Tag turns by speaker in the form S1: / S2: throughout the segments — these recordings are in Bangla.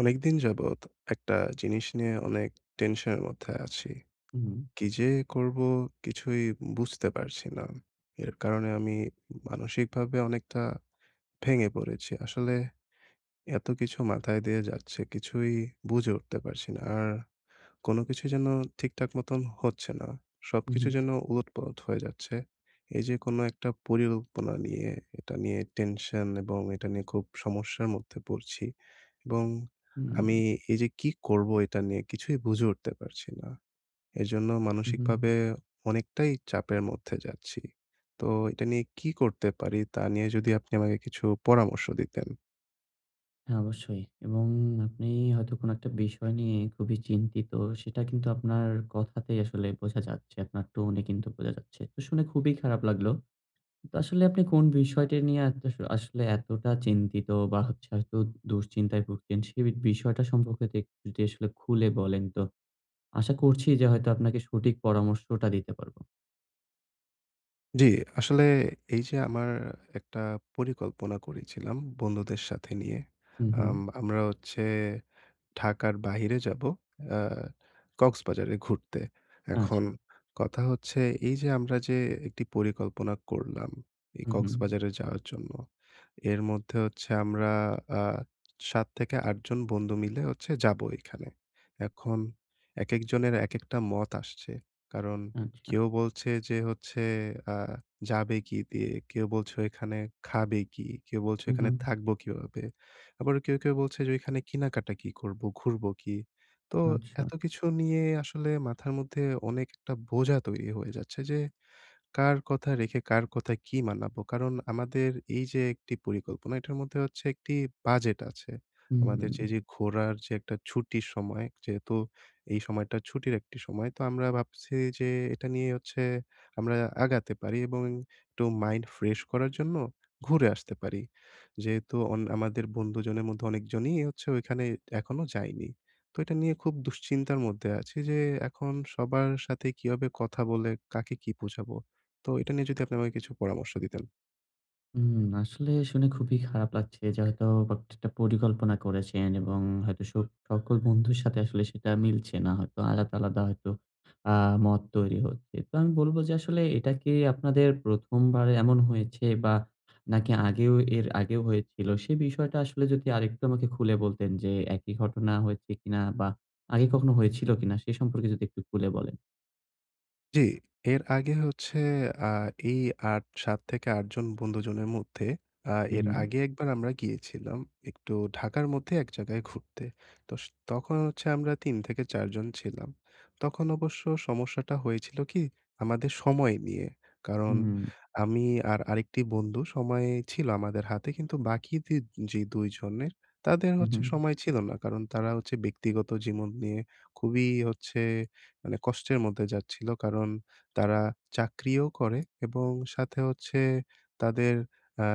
S1: অনেকদিন যাবৎ একটা জিনিস নিয়ে অনেক টেনশনের মধ্যে আছি।
S2: হুম,
S1: কি যে করব কিছুই বুঝতে পারছি না। এর কারণে আমি মানসিকভাবে অনেকটা ভেঙে পড়েছি। আসলে এত কিছু মাথায় দিয়ে যাচ্ছে কিছুই বুঝে উঠতে পারছি না। আর কোনো কিছু যেন ঠিকঠাক মতন হচ্ছে না। সবকিছু
S2: হুম,
S1: যেন উলটপালট হয়ে যাচ্ছে। এই যে কোনো একটা পরিকল্পনা নিয়ে, এটা নিয়ে টেনশন এবং এটা নিয়ে খুব সমস্যার মধ্যে পড়ছি। এবং
S2: হুম,
S1: আমি এই যে কি করব এটা নিয়ে কিছুই বুঝে উঠতে পারছি না। এজন্য
S2: হুম, হুম।
S1: মানসিকভাবে অনেকটাই চাপের মধ্যে যাচ্ছি। তো এটা নিয়ে কি করতে পারি তা নিয়ে যদি আপনি আমাকে কিছু পরামর্শ দিতেন।
S2: হ্যাঁ, অবশ্যই এবং আপনি হয়তো কোনো একটা বিষয় নিয়ে খুবই চিন্তিত। সেটা কিন্তু আপনার কথাতেই আসলে বোঝা যাচ্ছে। আপনার টোনে কিন্তু বোঝা যাচ্ছে। তো শুনে খুবই খারাপ লাগলো। তো আসলে আপনি কোন বিষয়টি নিয়ে এত আসলে এতটা চিন্তিত বা হচ্ছে হয়তো দুশ্চিন্তায় ভুগছেন, সেই বিষয়টা সম্পর্কে তে যদি আসলে খুলে বলেন তো আশা করছি যে হয়তো আপনাকে সঠিক পরামর্শটা দিতে পারবো।
S1: জি, আসলে এই যে আমার একটা পরিকল্পনা করেছিলাম বন্ধুদের সাথে নিয়ে।
S2: হুম, হুম।
S1: আমরা হচ্ছে ঢাকার বাহিরে যাবো আ কক্সবাজারে ঘুরতে। এখন
S2: আচ্ছা।
S1: কথা হচ্ছে এই যে আমরা যে একটি পরিকল্পনা করলাম এই
S2: হুম, হুম।
S1: কক্সবাজারে যাওয়ার জন্য। এর মধ্যে হচ্ছে আমরা আ ৭ থেকে ৮ জন বন্ধু মিলে হচ্ছে যাবো এখানে। এখন একেকজনের একেকটা মত আসছে। কারণ
S2: আচ্ছা।
S1: কেউ বলছে যে হচ্ছে আ যাবে কি দিয়ে? কেউ বলছে ওইখানে খাবে কি? কেউ বলছে
S2: হুম,
S1: ওইখানে
S2: হুম।
S1: থাকবো কিভাবে? আবার কেউ, কেউ বলছে যে ওইখানে কেনাকাটা কি করবো, ঘুরবো কি? তো
S2: আচ্ছা।
S1: এত কিছু নিয়ে আসলে মাথার মধ্যে অনেক একটা বোঝা তৈরি হয়ে যাচ্ছে যে কার কথা রেখে কার কথায় কি মানাবো? কারণ আমাদের এই যে একটি পরিকল্পনা, এটার মধ্যে হচ্ছে একটি বাজেট আছে। আমাদের
S2: হুম।
S1: যে, যে ঘোরার যে একটা ছুটির সময়, যেহেতু এই সময়টা ছুটির একটি সময়। তো আমরা ভাবছি যে এটা নিয়ে হচ্ছে আমরা আগাতে পারি এবং একটু মাইন্ড ফ্রেশ করার জন্য ঘুরে আসতে পারি। যেহেতু আমাদের বন্ধুজনের মধ্যে অনেকজনই হচ্ছে ওইখানে এখনো যায়নি। তো এটা নিয়ে খুব দুশ্চিন্তার মধ্যে আছি যে এখন সবার সাথে কিভাবে কথা বলে কাকে কি বোঝাবো? তো এটা নিয়ে যদি আপনি আমাকে কিছু পরামর্শ দিতেন।
S2: হুম, আসলে শুনে খুবই খারাপ লাগছে যে হয়তো একটা পরিকল্পনা করেছেন এবং হয়তো সকল বন্ধুর সাথে আসলে সেটা মিলছে না। হয়তো আলাদা, আলাদা হয়তো আ মত তৈরি হচ্ছে। তো আমি বলব যে আসলে এটা কি আপনাদের ১ম বার এমন হয়েছে বা নাকি এর আগেও হয়েছিল? সে বিষয়টা আসলে যদি আরেকটু আমাকে খুলে বলতেন যে একই ঘটনা হয়েছে কিনা বা আগে কখনো হয়েছিল কিনা? সে সম্পর্কে যদি একটু খুলে বলেন।
S1: জি, এর আগে হচ্ছে আ এই ৮ ৭ থেকে ৮ জন বন্ধুজনের মধ্যে
S2: হুম,
S1: এর
S2: হুম,
S1: আগে একবার আমরা গিয়েছিলাম একটু ঢাকার মধ্যে এক জায়গায় ঘুরতে। তো তখন হচ্ছে আমরা ৩ থেকে ৪ জন ছিলাম। তখন অবশ্য সমস্যাটা হয়েছিল কি? আমাদের সময় নিয়ে। কারণ আমি আর আরেকটি বন্ধু সময় ছিল আমাদের হাতে কিন্তু বাকি যে ২ জনের তাদের
S2: হুম, হুম,
S1: হচ্ছে
S2: হুম,
S1: সময় ছিল না। কারণ তারা হচ্ছে ব্যক্তিগত জীবন নিয়ে খুবই হচ্ছে মানে কষ্টের মধ্যে যাচ্ছিল। কারণ তারা চাকরিও করে এবং সাথে হচ্ছে তাদের আ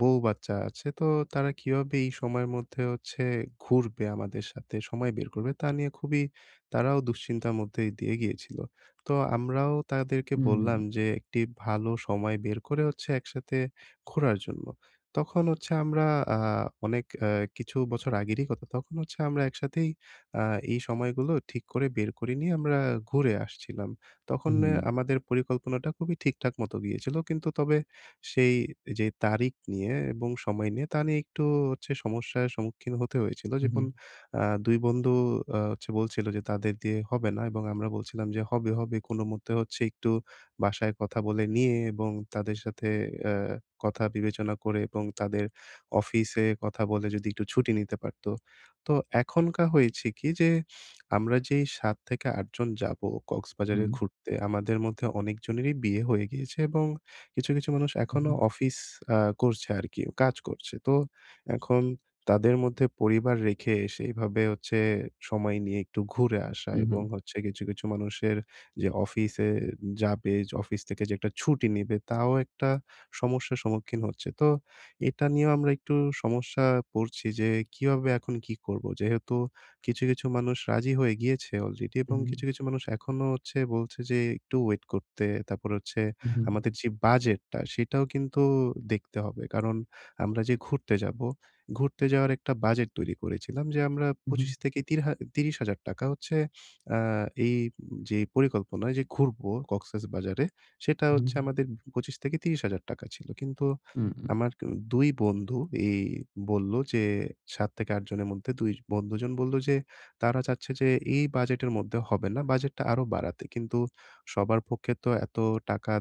S1: বউ-বাচ্চা আছে। তো তারা কিভাবে এই সময়ের মধ্যে হচ্ছে ঘুরবে আমাদের সাথে, সময় বের করবে তা নিয়ে খুবই তারাও দুশ্চিন্তার মধ্যে দিয়ে গিয়েছিল। তো আমরাও তাদেরকে
S2: হুম,
S1: বললাম যে একটি ভালো সময় বের করে হচ্ছে একসাথে ঘোরার জন্য। তখন হচ্ছে আমরা আ অনেক কিছু বছর আগেরই কথা। তখন হচ্ছে আমরা একসাথেই আ এই সময়গুলো ঠিক করে বের করে নিয়ে আমরা ঘুরে আসছিলাম। তখন
S2: হুম,
S1: আমাদের পরিকল্পনাটা খুবই ঠিকঠাক মতো গিয়েছিল। কিন্তু তবে সেই যে তারিখ নিয়ে এবং সময় নিয়ে তা নিয়ে একটু হচ্ছে সমস্যার সম্মুখীন হতে হয়েছিল। যেমন
S2: হুম,
S1: ২ বন্ধু হচ্ছে বলছিল যে তাদের দিয়ে হবে না এবং আমরা বলছিলাম যে হবে, হবে। কোনমতে হচ্ছে একটু বাসায় কথা বলে নিয়ে এবং তাদের সাথে অ্যা কথা বিবেচনা করে এবং তাদের অফিসে কথা বলে যদি একটু ছুটি নিতে পারত। তো এখনকার হয়েছে কি যে, আমরা যেই ৭ থেকে ৮ জন যাবো কক্সবাজারে
S2: হুম,
S1: ঘুরতে, আমাদের মধ্যে অনেকজনেরই বিয়ে হয়ে গিয়েছে এবং কিছু, কিছু মানুষ এখনো অফিস আ করছে আরকি, কাজ করছে। তো এখন তাদের মধ্যে পরিবার রেখে সেইভাবে হচ্ছে সময় নিয়ে একটু ঘুরে আসা
S2: হুম, হুম।
S1: এবং হচ্ছে কিছু, কিছু মানুষের যে অফিসে যাবে, যে অফিস থেকে যে একটা ছুটি নিবে, তাও একটা সমস্যার সম্মুখীন হচ্ছে। তো এটা নিয়েও আমরা একটু সমস্যা পড়ছি যে কিভাবে এখন কি করব? যেহেতু কিছু, কিছু মানুষ রাজি হয়ে গিয়েছে অলরেডি এবং কিছু,
S2: Mhm.
S1: কিছু মানুষ এখনো হচ্ছে বলছে যে একটু ওয়েট করতে। তারপর হচ্ছে
S2: Mhm.
S1: আমাদের যে বাজেটটা সেটাও কিন্তু দেখতে হবে। কারণ আমরা যে ঘুরতে যাব, ঘুরতে যাওয়ার একটা বাজেট তৈরি করেছিলাম যে আমরা
S2: Mhm.
S1: ২৫ থেকে ৳৩০,০০০ হচ্ছে আ এই যে পরিকল্পনায় যে ঘুরবো কক্সেস বাজারে সেটা হচ্ছে
S2: Mhm.
S1: আমাদের ২৫ থেকে ৳৩০,০০০ ছিল। কিন্তু আমার ২ বন্ধু এই বলল যে ৭ থেকে ৮ জনের মধ্যে ২ বন্ধুজন বলল যে তারা চাচ্ছে যে এই বাজেটের মধ্যে হবে না, বাজেটটা আরো বাড়াতে। কিন্তু সবার পক্ষে তো এত টাকা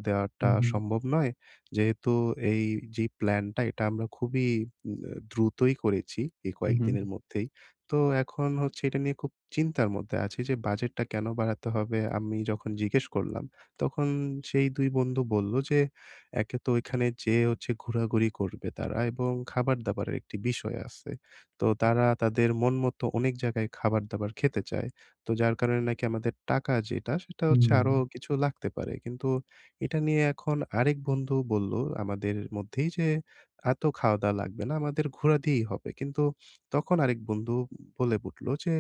S2: Mhm,
S1: দেওয়াটা
S2: mhm,
S1: সম্ভব নয়। যেহেতু এই যে প্ল্যানটা এটা আমরা খুবই উম দ্রুতই করেছি এই কয়েকদিনের
S2: mhm,
S1: মধ্যেই। তো এখন হচ্ছে এটা নিয়ে খুব চিন্তার মধ্যে আছি যে বাজেটটা কেন বাড়াতে হবে? আমি যখন জিজ্ঞেস করলাম, তখন সেই ২ বন্ধু বলল যে একে তো ওইখানে যেয়ে হচ্ছে ঘোরাঘুরি করবে তারা এবং খাবার-দাবারের একটি বিষয় আছে। তো তারা তাদের মন মতো অনেক জায়গায় খাবার-দাবার খেতে চায়। তো যার কারণে নাকি আমাদের টাকা যেটা সেটা
S2: হুম,
S1: হচ্ছে
S2: হুম,
S1: আরো কিছু লাগতে পারে। কিন্তু এটা নিয়ে এখন আরেক বন্ধু বলল আমাদের মধ্যেই যে, "এত খাওয়া-দাওয়া লাগবে না, আমাদের ঘোরা দিয়েই হবে।" কিন্তু তখন আরেক বন্ধু বলে উঠল যে,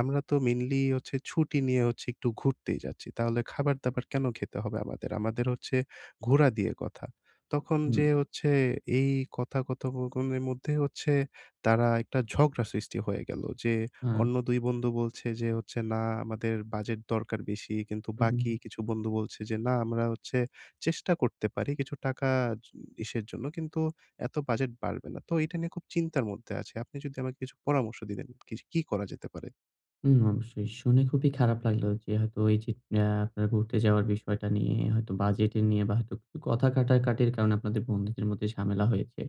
S1: "আমরা তো মেইনলি হচ্ছে ছুটি নিয়ে হচ্ছে একটু ঘুরতেই যাচ্ছি। তাহলে খাবার-দাবার কেন খেতে হবে আমাদের? আমাদের হচ্ছে ঘোরা দিয়ে কথা।" তখন
S2: হুম,
S1: যে হচ্ছে এই কথোপকথনের মধ্যে হচ্ছে তারা একটা ঝগড়া সৃষ্টি হয়ে গেল যে অন্য
S2: আচ্ছা,
S1: ২ বন্ধু বলছে যে হচ্ছে, "না আমাদের বাজেট দরকার বেশি।" কিন্তু
S2: উহু,
S1: বাকি কিছু বন্ধু বলছে যে, "না আমরা হচ্ছে চেষ্টা করতে পারি কিছু টাকা জ ইসের জন্য কিন্তু এত বাজেট বাড়বে না।" তো এটা নিয়ে খুব চিন্তার মধ্যে আছি। আপনি যদি আমাকে কিছু পরামর্শ দিতেন, কি, কি করা যেতে পারে?
S2: হুম, অবশ্যই। শুনে খুবই খারাপ লাগলো যে হয়তো এই যে আপনার ঘুরতে যাওয়ার বিষয়টা নিয়ে হয়তো বাজেটের নিয়ে বা হয়তো কিছু কথা কাটাকাটির কারণে আপনাদের বন্ধুদের মধ্যে ঝামেলা হয়েছে।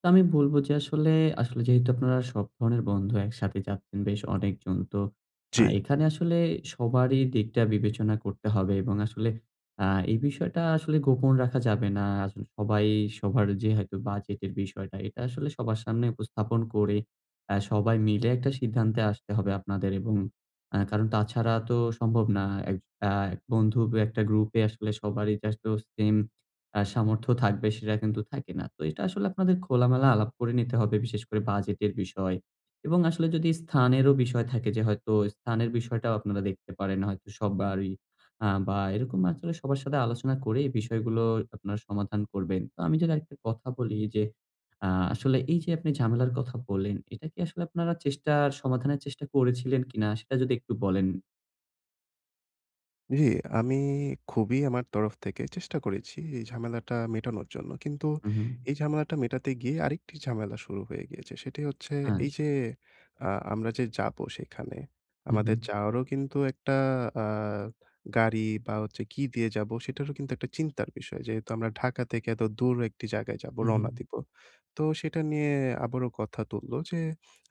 S2: তো আমি বলব যে আসলে, আসলে যেহেতু আপনারা সব ধরনের বন্ধু একসাথে যাচ্ছেন বেশ অনেকজন। তো
S1: জি।
S2: এখানে আসলে সবারই দিকটা বিবেচনা করতে হবে এবং আসলে আ এই বিষয়টা আসলে গোপন রাখা যাবে না। আসলে সবাই সবার যে হয়তো বাজেটের বিষয়টা, এটা আসলে সবার সামনে উপস্থাপন করে সবাই মিলে একটা সিদ্ধান্তে আসতে হবে আপনাদের এবং কারণ তাছাড়া তো সম্ভব না। এক আ বন্ধু বা একটা গ্রুপে আসলে সবারই জাস্ট তো সেম সামর্থ্য থাকবে সেটা কিন্তু থাকে না। তো এটা আসলে আপনাদের খোলামেলা আলাপ করে নিতে হবে। বিশেষ করে বাজেটের বিষয় এবং আসলে যদি স্থানেরও বিষয় থাকে যে হয়তো স্থানের বিষয়টাও আপনারা দেখতে পারেন হয়তো সবারই বা এরকম আসলে সবার সাথে আলোচনা করে এই বিষয়গুলো আপনারা সমাধান করবেন। তো আমি যদি আরেকটা কথা বলি যে আ আসলে এই যে আপনি ঝামেলার কথা বললেন, এটা কি আসলে আপনারা চেষ্টার সমাধানের চেষ্টা করেছিলেন কিনা সেটা যদি একটু বলেন?
S1: জি, আমি খুবই আমার তরফ থেকে চেষ্টা করেছি এই ঝামেলাটা মেটানোর জন্য। কিন্তু
S2: হু, হু।
S1: এই ঝামেলাটা মেটাতে গিয়ে আরেকটি ঝামেলা শুরু হয়ে গিয়েছে। সেটি হচ্ছে এই
S2: আচ্ছা।
S1: যে আমরা যে যাবো সেখানে,
S2: হু, হু।
S1: আমাদের যাওয়ারও কিন্তু একটা আ গাড়ি বা হচ্ছে কি দিয়ে যাবো সেটারও কিন্তু একটা চিন্তার বিষয়। যেহেতু আমরা ঢাকা থেকে এত দূর একটি জায়গায় যাবো,
S2: হু, হু।
S1: রওনা দিবো। তো সেটা নিয়ে আবারও কথা তুললো যে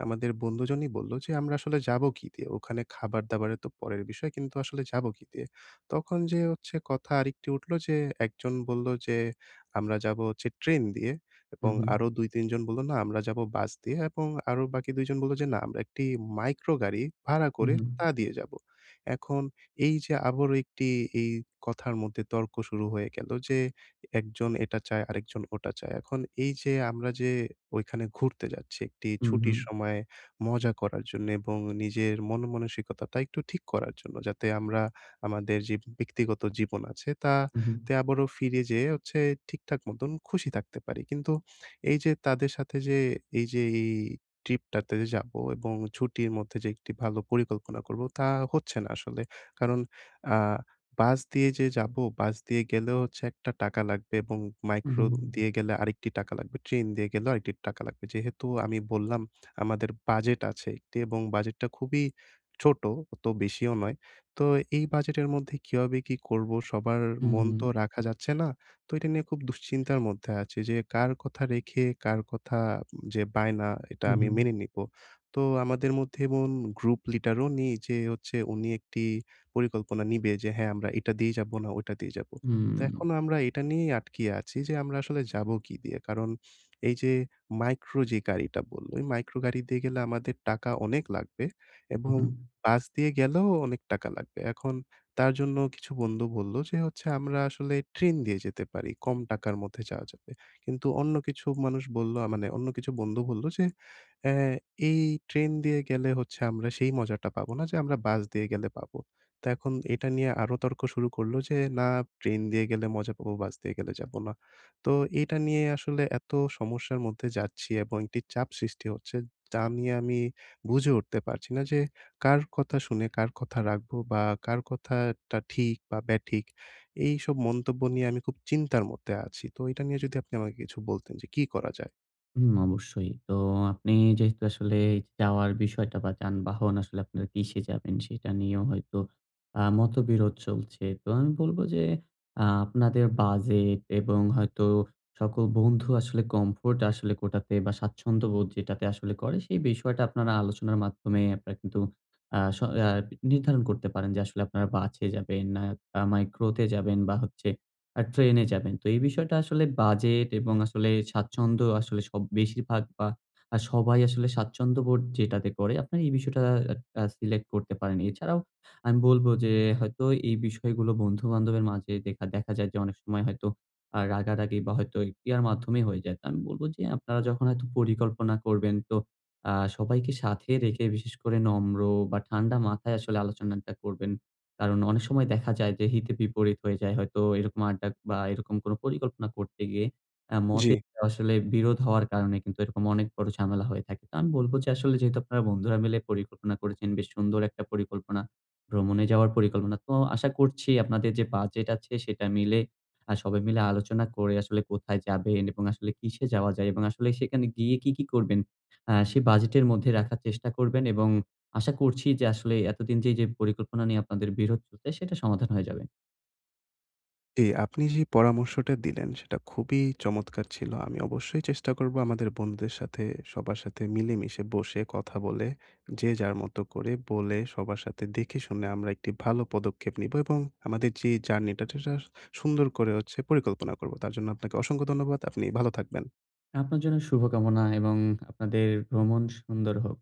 S1: আমাদের বন্ধুজনই বলল যে আমরা আসলে যাবো কি দিয়ে? ওখানে খাবার-দাবারের তো পরের বিষয় কিন্তু আসলে যাবো কি দিয়ে? তখন যে হচ্ছে কথা আরেকটি উঠলো যে একজন বলল যে, "আমরা যাবো হচ্ছে ট্রেন দিয়ে"
S2: হু,
S1: এবং
S2: হু।
S1: আরো ২-৩ জন বলল, "না আমরা যাবো বাস দিয়ে" এবং আরো বাকি ২ জন বলল যে, "না আমরা একটি মাইক্রো গাড়ি ভাড়া
S2: হু,
S1: করে
S2: হু।
S1: তা দিয়ে যাবো।" এখন এই যে আবারও একটি এই কথার মধ্যে তর্ক শুরু হয়ে গেল যে একজন এটা চায়, আরেকজন ওটা চায়। এখন এই যে আমরা যে ওইখানে ঘুরতে যাচ্ছি একটি
S2: হু, হু।
S1: ছুটির সময়ে মজা করার জন্য এবং নিজের মন মানসিকতাটা একটু ঠিক করার জন্য যাতে আমরা আমাদের যে ব্যক্তিগত জীবন আছে
S2: হু, হু।
S1: তাতে আবারও ফিরে যেয়ে হচ্ছে ঠিকঠাক মতন খুশি থাকতে পারি। কিন্তু এই যে তাদের সাথে যে এই যে এই ট্রিপটাতে যে যাবো এবং ছুটির মধ্যে যে একটি ভালো পরিকল্পনা করব তা হচ্ছে না আসলে। কারণ আ বাস দিয়ে যে যাবো, বাস দিয়ে গেলেও হচ্ছে একটা টাকা লাগবে এবং
S2: হুম,
S1: মাইক্রো
S2: হুম,
S1: দিয়ে গেলে আরেকটি টাকা লাগবে। ট্রেন দিয়ে গেলেও আরেকটি টাকা লাগবে। যেহেতু আমি বললাম আমাদের বাজেট আছে একটি এবং বাজেটটা খুবই ছোট, অত বেশিও নয়। তো এই বাজেটের মধ্যে কিভাবে কি করব? সবার মন
S2: হুম,
S1: তো রাখা যাচ্ছে না। তো এটা নিয়ে খুব দুশ্চিন্তার মধ্যে আছি যে কার কথা রেখে কার কথা যে বায়না এটা আমি
S2: হুম,
S1: মেনে নিবো। তো আমাদের মধ্যে এমন গ্রুপ লিডারও নেই যে হচ্ছে উনি একটি পরিকল্পনা নিবে যে হ্যাঁ, আমরা এটা দিয়ে যাবো না ওটা দিয়ে যাবো। তো
S2: হুম,
S1: এখনো আমরা এটা নিয়েই আটকিয়ে আছি যে আমরা আসলে যাবো কি দিয়ে? কারণ এই যে মাইক্রো যে গাড়িটা বলল, ওই মাইক্রো গাড়ি দিয়ে গেলে আমাদের টাকা অনেক লাগবে এবং
S2: হুম,
S1: বাস দিয়ে গেলেও অনেক টাকা লাগবে। এখন তার জন্য কিছু বন্ধু বলল যে হচ্ছে আমরা আসলে ট্রেন দিয়ে যেতে পারি। কম টাকার মধ্যে যাওয়া যাবে। কিন্তু অন্য কিছু মানুষ বলল মানে অন্য কিছু বন্ধু বলল যে অ্যা এই ট্রেন দিয়ে গেলে হচ্ছে আমরা সেই মজাটা পাবো না যে আমরা বাস দিয়ে গেলে পাবো। তো এখন এটা নিয়ে আরো তর্ক শুরু করল যে না ট্রেন দিয়ে গেলে মজা পাবো, বাস দিয়ে গেলে যাবো না। তো এটা নিয়ে আসলে এত সমস্যার মধ্যে যাচ্ছি এবং একটি চাপ সৃষ্টি হচ্ছে। তা নিয়ে আমি বুঝে উঠতে পারছি না যে কার কথা শুনে কার কথা রাখবো বা কার কথাটা ঠিক বা ব্যাঠিক, এইসব মন্তব্য নিয়ে আমি খুব চিন্তার মধ্যে আছি। তো এটা নিয়ে যদি আপনি আমাকে কিছু বলতেন যে কি করা যায়?
S2: হুম, অবশ্যই। তো আপনি যেহেতু আসলে এই যাওয়ার বিষয়টা বা যানবাহন আসলে আপনারা কিসে যাবেন সেটা নিয়েও হয়তো মতবিরোধ চলছে। তো আমি বলব যে আপনাদের বাজেট এবং হয়তো সকল বন্ধু আসলে কমফোর্ট আসলে কোটাতে বা স্বাচ্ছন্দ্যবোধ যেটাতে আসলে করে সেই বিষয়টা আপনারা আলোচনার মাধ্যমে আপনারা কিন্তু আ স আ নির্ধারণ করতে পারেন যে আসলে আপনারা বাসে যাবেন না মাইক্রোতে যাবেন বা হচ্ছে আর ট্রেনে যাবেন। তো এই বিষয়টা আসলে বাজেট এবং আসলে স্বাচ্ছন্দ্য আসলে সব বেশিরভাগ বা সবাই আসলে স্বাচ্ছন্দ্যবোধ যেটাতে করে আপনার এই বিষয়টা সিলেক্ট করতে পারেন। এছাড়াও আমি বলব যে হয়তো এই বিষয়গুলো বন্ধু-বান্ধবের মাঝে দেখা দেখা যায় যে অনেক সময় হয়তো রাগারাগি বা হয়তো ইয়ার মাধ্যমেই হয়ে যায়। তো আমি বলব যে আপনারা যখন হয়তো পরিকল্পনা করবেন তো সবাইকে সাথে রেখে বিশেষ করে নম্র বা ঠান্ডা মাথায় আসলে আলোচনাটা করবেন। কারণ অনেক সময় দেখা যায় যে হিতে বিপরীত হয়ে যায়। হয়তো এরকম আড্ডা বা এরকম কোনো পরিকল্পনা করতে গিয়ে
S1: জি।
S2: মতের আসলে বিরোধ হওয়ার কারণে কিন্তু এরকম অনেক বড় ঝামেলা হয়ে থাকে। তো আমি বলব যে আসলে যেহেতু আপনারা বন্ধুরা মিলে পরিকল্পনা করেছেন, বেশ সুন্দর একটা পরিকল্পনা, ভ্রমণে যাওয়ার পরিকল্পনা। তো আশা করছি আপনাদের যে বাজেট আছে সেটা মিলে সবাই মিলে আলোচনা করে আসলে কোথায় যাবেন এবং আসলে কিসে যাওয়া যায় এবং আসলে সেখানে গিয়ে কি, কি করবেন সেই বাজেটের মধ্যে রাখার চেষ্টা করবেন এবং আশা করছি যে আসলে এতদিন যে পরিকল্পনা নিয়ে আপনাদের বিরোধ চলছে সেটা সমাধান হয়ে যাবে।
S1: জি, আপনি যে পরামর্শটা দিলেন সেটা খুবই চমৎকার ছিল। আমি অবশ্যই চেষ্টা করব আমাদের বন্ধুদের সাথে সবার সাথে মিলেমিশে বসে কথা বলে, যে যার মতো করে বলে সবার সাথে দেখে শুনে আমরা একটি ভালো পদক্ষেপ নিবো এবং আমাদের যে জার্নিটা সেটা সুন্দর করে হচ্ছে পরিকল্পনা করব। তার জন্য আপনাকে অসংখ্য ধন্যবাদ। আপনি ভালো থাকবেন।
S2: আপনার জন্য শুভকামনা এবং আপনাদের ভ্রমণ সুন্দর হোক।